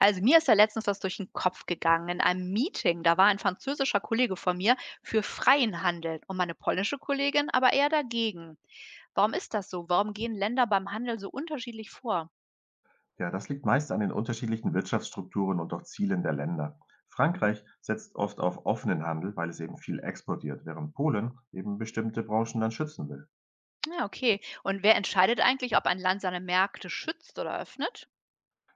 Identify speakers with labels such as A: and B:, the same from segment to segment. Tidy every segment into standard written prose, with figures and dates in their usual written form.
A: Also mir ist ja letztens was durch den Kopf gegangen. In einem Meeting, da war ein französischer Kollege von mir für freien Handel und meine polnische Kollegin aber eher dagegen. Warum ist das so? Warum gehen Länder beim Handel so unterschiedlich vor?
B: Ja, das liegt meist an den unterschiedlichen Wirtschaftsstrukturen und auch Zielen der Länder.
A: Mhm.
B: Frankreich setzt oft auf offenen Handel, weil es eben viel exportiert, während Polen eben bestimmte Branchen dann schützen will.
A: Ja, okay. Und wer entscheidet eigentlich, ob ein Land seine Märkte schützt oder öffnet?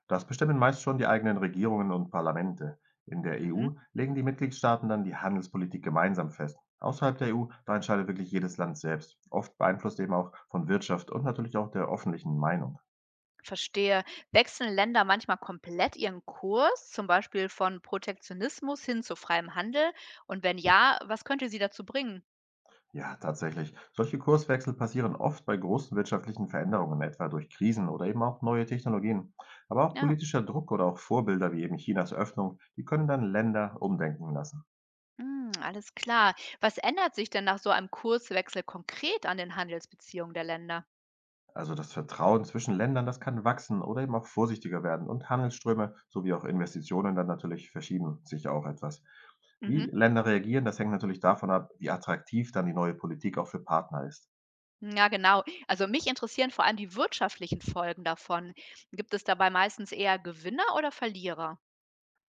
B: Das bestimmen meist schon die eigenen Regierungen und Parlamente. In der
A: Mhm.
B: EU legen die Mitgliedstaaten dann die Handelspolitik gemeinsam fest. Außerhalb der EU, da entscheidet wirklich jedes Land selbst, oft beeinflusst eben auch von Wirtschaft und natürlich auch der öffentlichen Meinung.
A: Verstehe. Wechseln Länder manchmal komplett ihren Kurs, zum Beispiel von Protektionismus hin zu freiem Handel? Und wenn ja, was könnte sie dazu bringen?
B: Ja, tatsächlich. Solche Kurswechsel passieren oft bei großen wirtschaftlichen Veränderungen, etwa durch Krisen oder eben auch neue Technologien. Aber auch
A: Ja.
B: politischer Druck oder auch Vorbilder wie eben Chinas Öffnung, die können dann Länder umdenken lassen.
A: Hm, alles klar. Was ändert sich denn nach so einem Kurswechsel konkret an den Handelsbeziehungen der Länder?
B: Also das Vertrauen zwischen Ländern, das kann wachsen oder eben auch vorsichtiger werden und Handelsströme sowie auch Investitionen dann natürlich verschieben sich auch etwas. Wie
A: Mhm.
B: Länder reagieren, das hängt natürlich davon ab, wie attraktiv dann die neue Politik auch für Partner ist.
A: Hm, ja, genau. Also mich interessieren vor allem die wirtschaftlichen Folgen davon. Gibt es dabei meistens eher Gewinner oder Verlierer?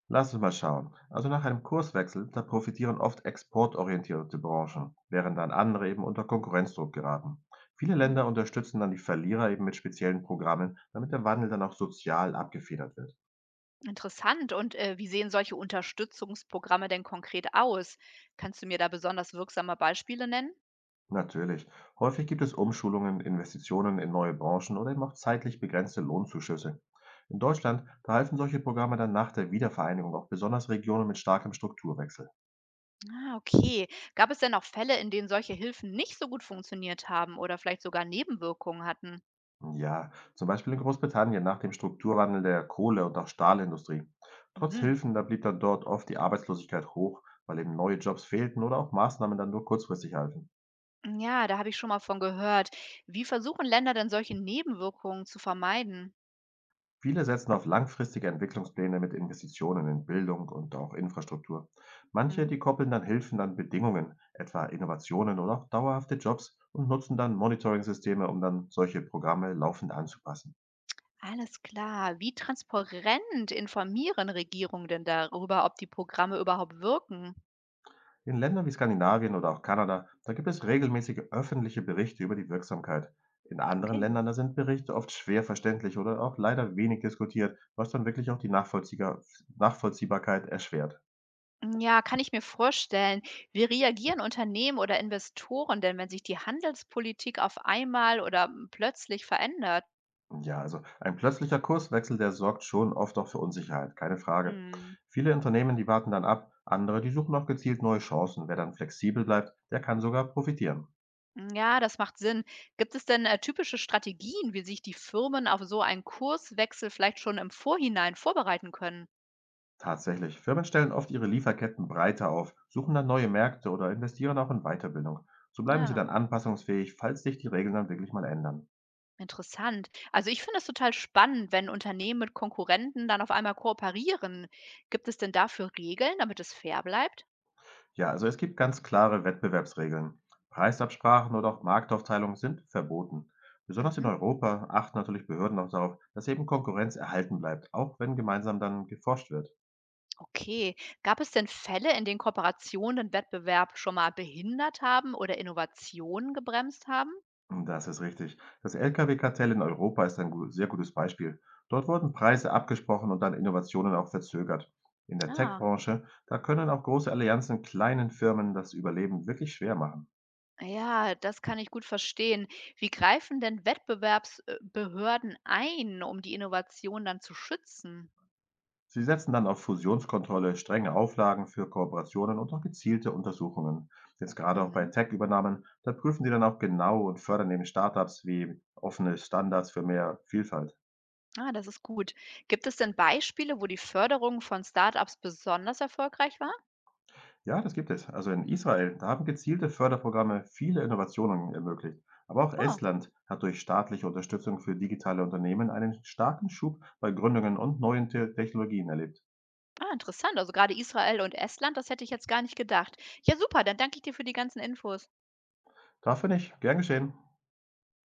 B: Lass uns mal schauen. Also nach einem Kurswechsel, da profitieren oft exportorientierte Branchen, während dann andere eben unter Konkurrenzdruck geraten. Viele
A: Hm.
B: Länder unterstützen dann die Verlierer eben mit speziellen Programmen, damit der Wandel dann auch sozial abgefedert wird.
A: Interessant. Und wie sehen solche Unterstützungsprogramme denn konkret aus? Kannst du mir da besonders wirksame Beispiele nennen?
B: Natürlich. Häufig gibt es Umschulungen, Investitionen in neue Branchen oder eben auch zeitlich begrenzte Lohnzuschüsse. In Deutschland, da halfen solche Programme dann nach der Wiedervereinigung auch besonders Regionen mit starkem Strukturwechsel.
A: Ah, okay. Gab es denn auch Fälle, in denen solche Hilfen nicht so gut funktioniert haben oder vielleicht sogar Nebenwirkungen hatten?
B: Ja, zum Beispiel in Großbritannien nach dem Strukturwandel der Kohle- und auch Stahlindustrie. Trotz
A: Mhm.
B: Hilfen, da blieb dann dort oft die Arbeitslosigkeit hoch, weil eben neue Jobs fehlten oder auch Maßnahmen dann nur kurzfristig halfen.
A: Ja, da habe ich schon mal von gehört. Wie versuchen Länder denn solche Nebenwirkungen zu vermeiden?
B: Viele setzen auf langfristige Entwicklungspläne mit Investitionen in Bildung und auch Infrastruktur. Manche,
A: Mhm.
B: die koppeln dann Hilfen an Bedingungen, etwa Innovationen oder auch dauerhafte Jobs und nutzen dann Monitoring-Systeme, um dann solche Programme laufend anzupassen.
A: Alles klar. Wie transparent informieren Regierungen denn darüber, ob die Programme überhaupt wirken?
B: In Ländern wie Skandinavien oder auch Kanada, da gibt es regelmäßige öffentliche Berichte über die Wirksamkeit. In anderen
A: Okay.
B: Ländern, da sind Berichte oft schwer verständlich oder auch leider wenig diskutiert, was dann wirklich auch die Nachvollziehbarkeit erschwert.
A: Ja, kann ich mir vorstellen. Wie reagieren Unternehmen oder Investoren denn, wenn sich die Handelspolitik auf einmal oder plötzlich verändert?
B: Ja, also ein plötzlicher Kurswechsel, der sorgt schon oft auch für Unsicherheit, keine Frage.
A: Hm.
B: Viele Unternehmen, die warten dann ab, andere, die suchen auch gezielt neue Chancen. Wer dann flexibel bleibt, der kann sogar profitieren.
A: Ja, das macht Sinn. Gibt es denn typische Strategien, wie sich die Firmen auf so einen Kurswechsel vielleicht schon im Vorhinein vorbereiten können?
B: Tatsächlich. Firmen stellen oft ihre Lieferketten breiter auf, suchen dann neue Märkte oder investieren auch in Weiterbildung. So bleiben sie
A: Ja,
B: dann anpassungsfähig, falls sich die Regeln dann wirklich mal ändern.
A: interessant. Also, ich finde es total spannend, wenn Unternehmen mit Konkurrenten dann auf einmal kooperieren. Gibt es denn dafür Regeln, damit es fair bleibt?
B: Ja, also es gibt ganz klare Wettbewerbsregeln. Preisabsprachen oder auch Marktaufteilung sind verboten. Besonders in
A: Mhm.
B: Europa achten natürlich Behörden auch darauf, dass eben Konkurrenz erhalten bleibt, auch wenn gemeinsam dann geforscht wird.
A: Okay. Gab es denn Fälle, in denen Kooperationen den Wettbewerb schon mal behindert haben oder Innovationen gebremst haben?
B: Das ist richtig. Das Lkw-Kartell in Europa ist ein sehr gutes Beispiel. Dort wurden Preise abgesprochen und dann Innovationen auch verzögert. In der
A: Ah,
B: Tech-Branche, da können auch große Allianzen kleinen Firmen das Überleben wirklich schwer machen.
A: ja, das kann ich gut verstehen. Wie greifen denn Wettbewerbsbehörden ein, um die Innovation dann zu schützen?
B: Sie setzen dann auf Fusionskontrolle, strenge Auflagen für Kooperationen und auch gezielte Untersuchungen. Jetzt gerade auch bei
A: Mhm.
B: Tech-Übernahmen, da prüfen sie dann auch genau und fördern eben Startups wie offene Standards für mehr Vielfalt.
A: Ah, das ist gut. Gibt es denn Beispiele, wo die Förderung von Startups besonders erfolgreich war?
B: Ja, das gibt es. Also in Israel, da haben gezielte Förderprogramme viele Innovationen ermöglicht. Aber auch
A: Oh,
B: Estland hat durch staatliche Unterstützung für digitale Unternehmen einen starken Schub bei Gründungen und neuen Te Technologien erlebt.
A: ah, interessant. Also gerade Israel und Estland, das hätte ich jetzt gar nicht gedacht. Ja, super, dann danke ich dir für die ganzen Infos.
B: Dafür nicht. Gern geschehen.